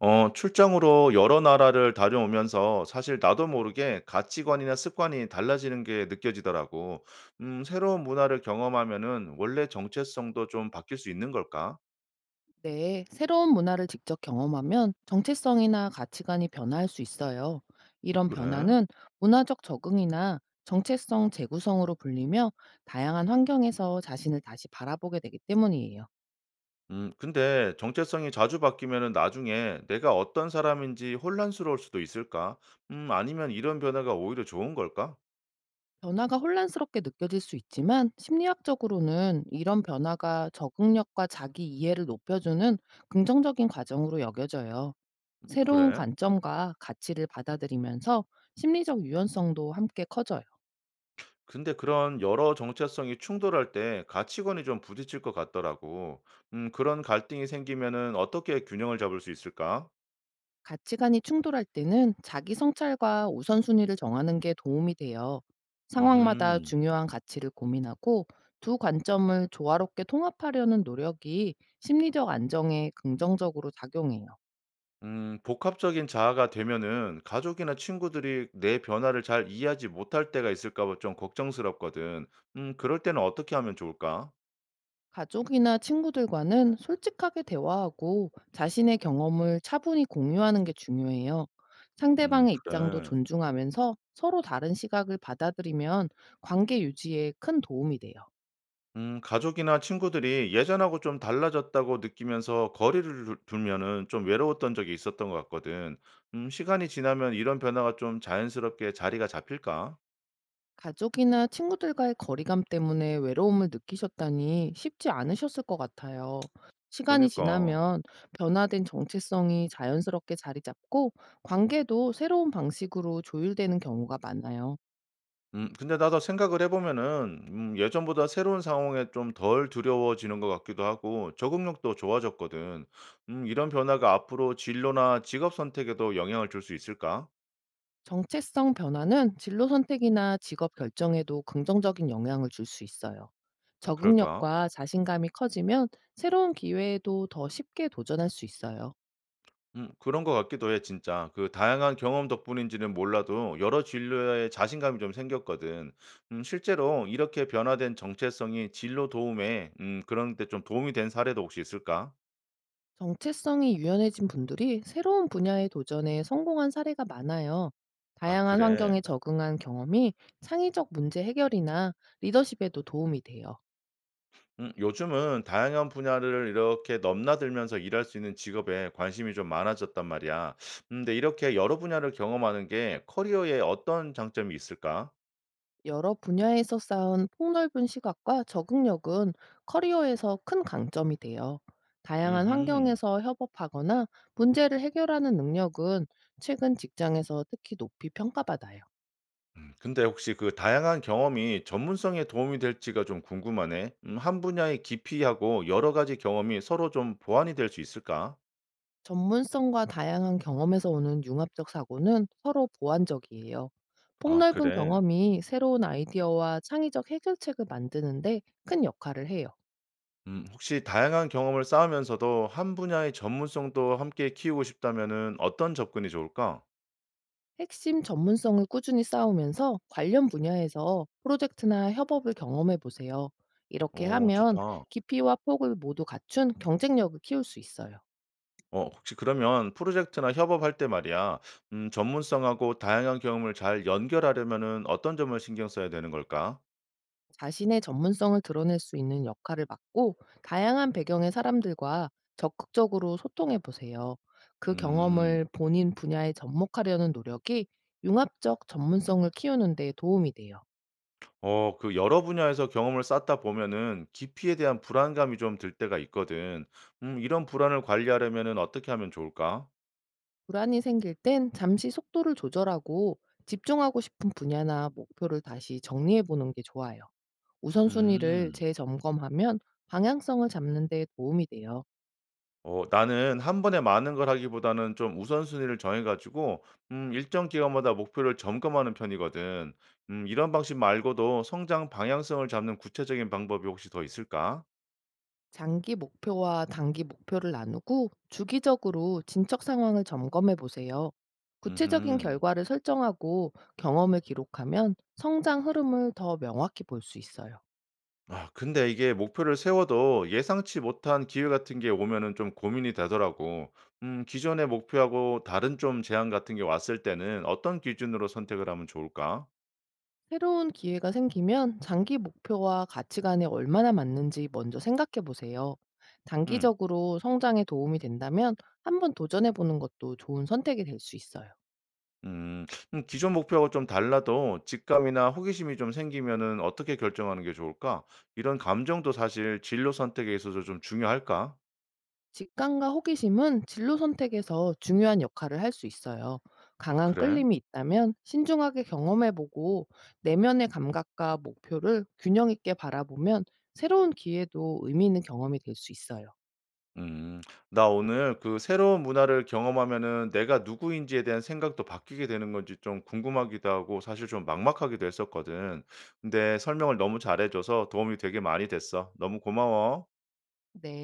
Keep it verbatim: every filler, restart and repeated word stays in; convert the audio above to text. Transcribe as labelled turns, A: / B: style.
A: 어 출장으로 여러 나라를 다녀오면서 사실 나도 모르게 가치관이나 습관이 달라지는 게 느껴지더라고. 음, 새로운 문화를 경험하면은 원래 정체성도 좀 바뀔 수 있는 걸까?
B: 네, 새로운 문화를 직접 경험하면 정체성이나 가치관이 변화할 수 있어요. 이런
A: 그래?
B: 변화는 문화적 적응이나 정체성 재구성으로 불리며, 다양한 환경에서 자신을 다시 바라보게 되기 때문이에요.
A: 음, 근데 정체성이 자주 바뀌면은 나중에 내가 어떤 사람인지 혼란스러울 수도 있을까? 음, 아니면 이런 변화가 오히려 좋은 걸까?
B: 변화가 혼란스럽게 느껴질 수 있지만, 심리학적으로는 이런 변화가 적응력과 자기 이해를 높여주는 긍정적인 과정으로 여겨져요. 새로운
A: 그래?
B: 관점과 가치를 받아들이면서 심리적 유연성도 함께 커져요.
A: 근데 그런 여러 정체성이 충돌할 때 가치관이 좀 부딪힐 것 같더라고. 음, 그런 갈등이 생기면은 어떻게 균형을 잡을 수 있을까?
B: 가치관이 충돌할 때는 자기 성찰과 우선순위를 정하는 게 도움이 돼요. 상황마다
A: 음
B: 중요한 가치를 고민하고, 두 관점을 조화롭게 통합하려는 노력이 심리적 안정에 긍정적으로 작용해요.
A: 음, 복합적인 자아가 되면은 가족이나 친구들이 내 변화를 잘 이해하지 못할 때가 있을까 봐 좀 걱정스럽거든. 음, 그럴 때는 어떻게 하면 좋을까?
B: 가족이나 친구들과는 솔직하게 대화하고, 자신의 경험을 차분히 공유하는 게 중요해요.
A: 음,
B: 상대방의 입장도
A: 그래.
B: 존중하면서 서로 다른 시각을 받아들이면 관계 유지에 큰 도움이 돼요.
A: 음, 가족이나 친구들이 예전하고 좀 달라졌다고 느끼면서 거리를 두- 두면은 좀 외로웠던 적이 있었던 것 같거든. 음, 시간이 지나면 이런 변화가 좀 자연스럽게 자리가 잡힐까?
B: 가족이나 친구들과의 거리감 때문에 외로움을 느끼셨다니 쉽지 않으셨을 것 같아요. 시간이
A: 그니까.
B: 지나면 변화된 정체성이 자연스럽게 자리 잡고, 관계도 새로운 방식으로 조율되는 경우가 많아요.
A: 음, 근데 나도 생각을 해보면은, 음, 예전보다 새로운 상황에 좀 덜 두려워지는 것 같기도 하고, 적응력도 좋아졌거든. 음, 이런 변화가 앞으로 진로나 직업 선택에도 영향을 줄 수 있을까?
B: 정체성 변화는 진로 선택이나 직업 결정에도 긍정적인 영향을 줄 수 있어요.
A: 어, 그럴까?
B: 적응력과 자신감이 커지면 새로운 기회에도 더 쉽게 도전할 수 있어요.
A: 음 그런 것 같기도 해 진짜. 그 다양한 경험 덕분인지는 몰라도 여러 진로에 자신감이 좀 생겼거든. 음 실제로 이렇게 변화된 정체성이 진로 도움에 음 그런 데 좀 도움이 된 사례도 혹시 있을까?
B: 정체성이 유연해진 분들이 새로운 분야에 도전해 성공한 사례가 많아요.
A: 아
B: 다양한
A: 그래.
B: 환경에 적응한 경험이 창의적 문제 해결이나 리더십에도 도움이 돼요.
A: 음 요즘은 다양한 분야를 이렇게 넘나들면서 일할 수 있는 직업에 관심이 좀 많아졌단 말이야. 음 근데 이렇게 여러 분야를 경험하는 게 커리어에 어떤 장점이 있을까?
B: 여러 분야에서 쌓은 폭넓은 시각과 적응력은 커리어에서 큰 강점이 돼요. 다양한
A: 음흠.
B: 환경에서 협업하거나 문제를 해결하는 능력은 최근 직장에서 특히 높이 평가받아요.
A: 근데 혹시 그 다양한 경험이 전문성에 도움이 될지가 좀 궁금하네. 음, 한 분야의 깊이하고 여러 가지 경험이 서로 좀 보완이 될 수 있을까?
B: 전문성과 다양한 경험에서 오는 융합적 사고는 서로 보완적이에요.
A: 아,
B: 폭넓은
A: 그래.
B: 경험이 새로운 아이디어와 창의적 해결책을 만드는데 큰 역할을 해요.
A: 음, 혹시 다양한 경험을 쌓으면서도 한 분야의 전문성도 함께 키우고 싶다면은 어떤 접근이 좋을까?
B: 핵심 전문성을 꾸준히 쌓으면서 관련 분야에서 프로젝트나 협업을 경험해 보세요. 이렇게
A: 오
B: 하면
A: 좋다.
B: 깊이와 폭을 모두 갖춘 경쟁력을 키울 수 있어요.
A: 어, 혹시 그러면 프로젝트나 협업할 때 말이야, 음, 전문성하고 다양한 경험을 잘 연결하려면은 어떤 점을 신경 써야 되는 걸까?
B: 자신의 전문성을 드러낼 수 있는 역할을 맡고, 다양한 배경의 사람들과 적극적으로 소통해 보세요. 그
A: 음.
B: 경험을 본인 분야에 접목하려는 노력이 융합적 전문성을 키우는 데 도움이 돼요.
A: 어, 그 여러 분야에서 경험을 쌓다 보면은 기피에 대한 불안감이 좀 들 때가 있거든. 음, 이런 불안을 관리하려면은 어떻게 하면 좋을까?
B: 불안이 생길 땐 잠시 속도를 조절하고, 집중하고 싶은 분야나 목표를 다시 정리해 보는 게 좋아요. 우선순위를
A: 음.
B: 재점검하면 방향성을 잡는 데 도움이 돼요.
A: 어, 나는 한 번에 많은 걸 하기보다는 좀 우선순위를 정해가지고, 음, 일정 기간마다 목표를 점검하는 편이거든. 음, 이런 방식 말고도 성장 방향성을 잡는 구체적인 방법이 혹시 더 있을까?
B: 장기 목표와 단기 목표를 나누고, 주기적으로 진척 상황을 점검해 보세요. 구체적인
A: 음
B: 결과를 설정하고 경험을 기록하면 성장 흐름을 더 명확히 볼 수 있어요.
A: 아 근데 이게 목표를 세워도 예상치 못한 기회 같은 게 오면은 좀 고민이 되더라고. 음 기존의 목표하고 다른 좀 제한 같은 게 왔을 때는 어떤 기준으로 선택을 하면 좋을까?
B: 새로운 기회가 생기면 장기 목표와 가치관에 얼마나 맞는지 먼저 생각해 보세요.
A: 음.
B: 단기적으로 성장에 도움이 된다면 한번 도전해 보는 것도 좋은 선택이 될 수 있어요.
A: 음. 음 기존 목표하고 좀 달라도 직감이나 호기심이 좀 생기면은 어떻게 결정하는 게 좋을까? 이런 감정도 사실 진로 선택에 있어서 좀 중요할까?
B: 직감과 호기심은 진로 선택에서 중요한 역할을 할 수 있어요.
A: 아
B: 강한
A: 그래?
B: 끌림이 있다면 신중하게 경험해보고, 내면의 감각과 목표를 균형 있게 바라보면 새로운 기회도 의미 있는 경험이 될 수 있어요.
A: 음. 나 오늘 그 새로운 문화를 경험하면은 내가 누구인지에 대한 생각도 바뀌게 되는 건지 좀 궁금하기도 하고 사실 좀 막막하기도 했었거든. 근데 설명을 너무 잘해줘서 도움이 되게 많이 됐어. 너무 고마워.
B: 네.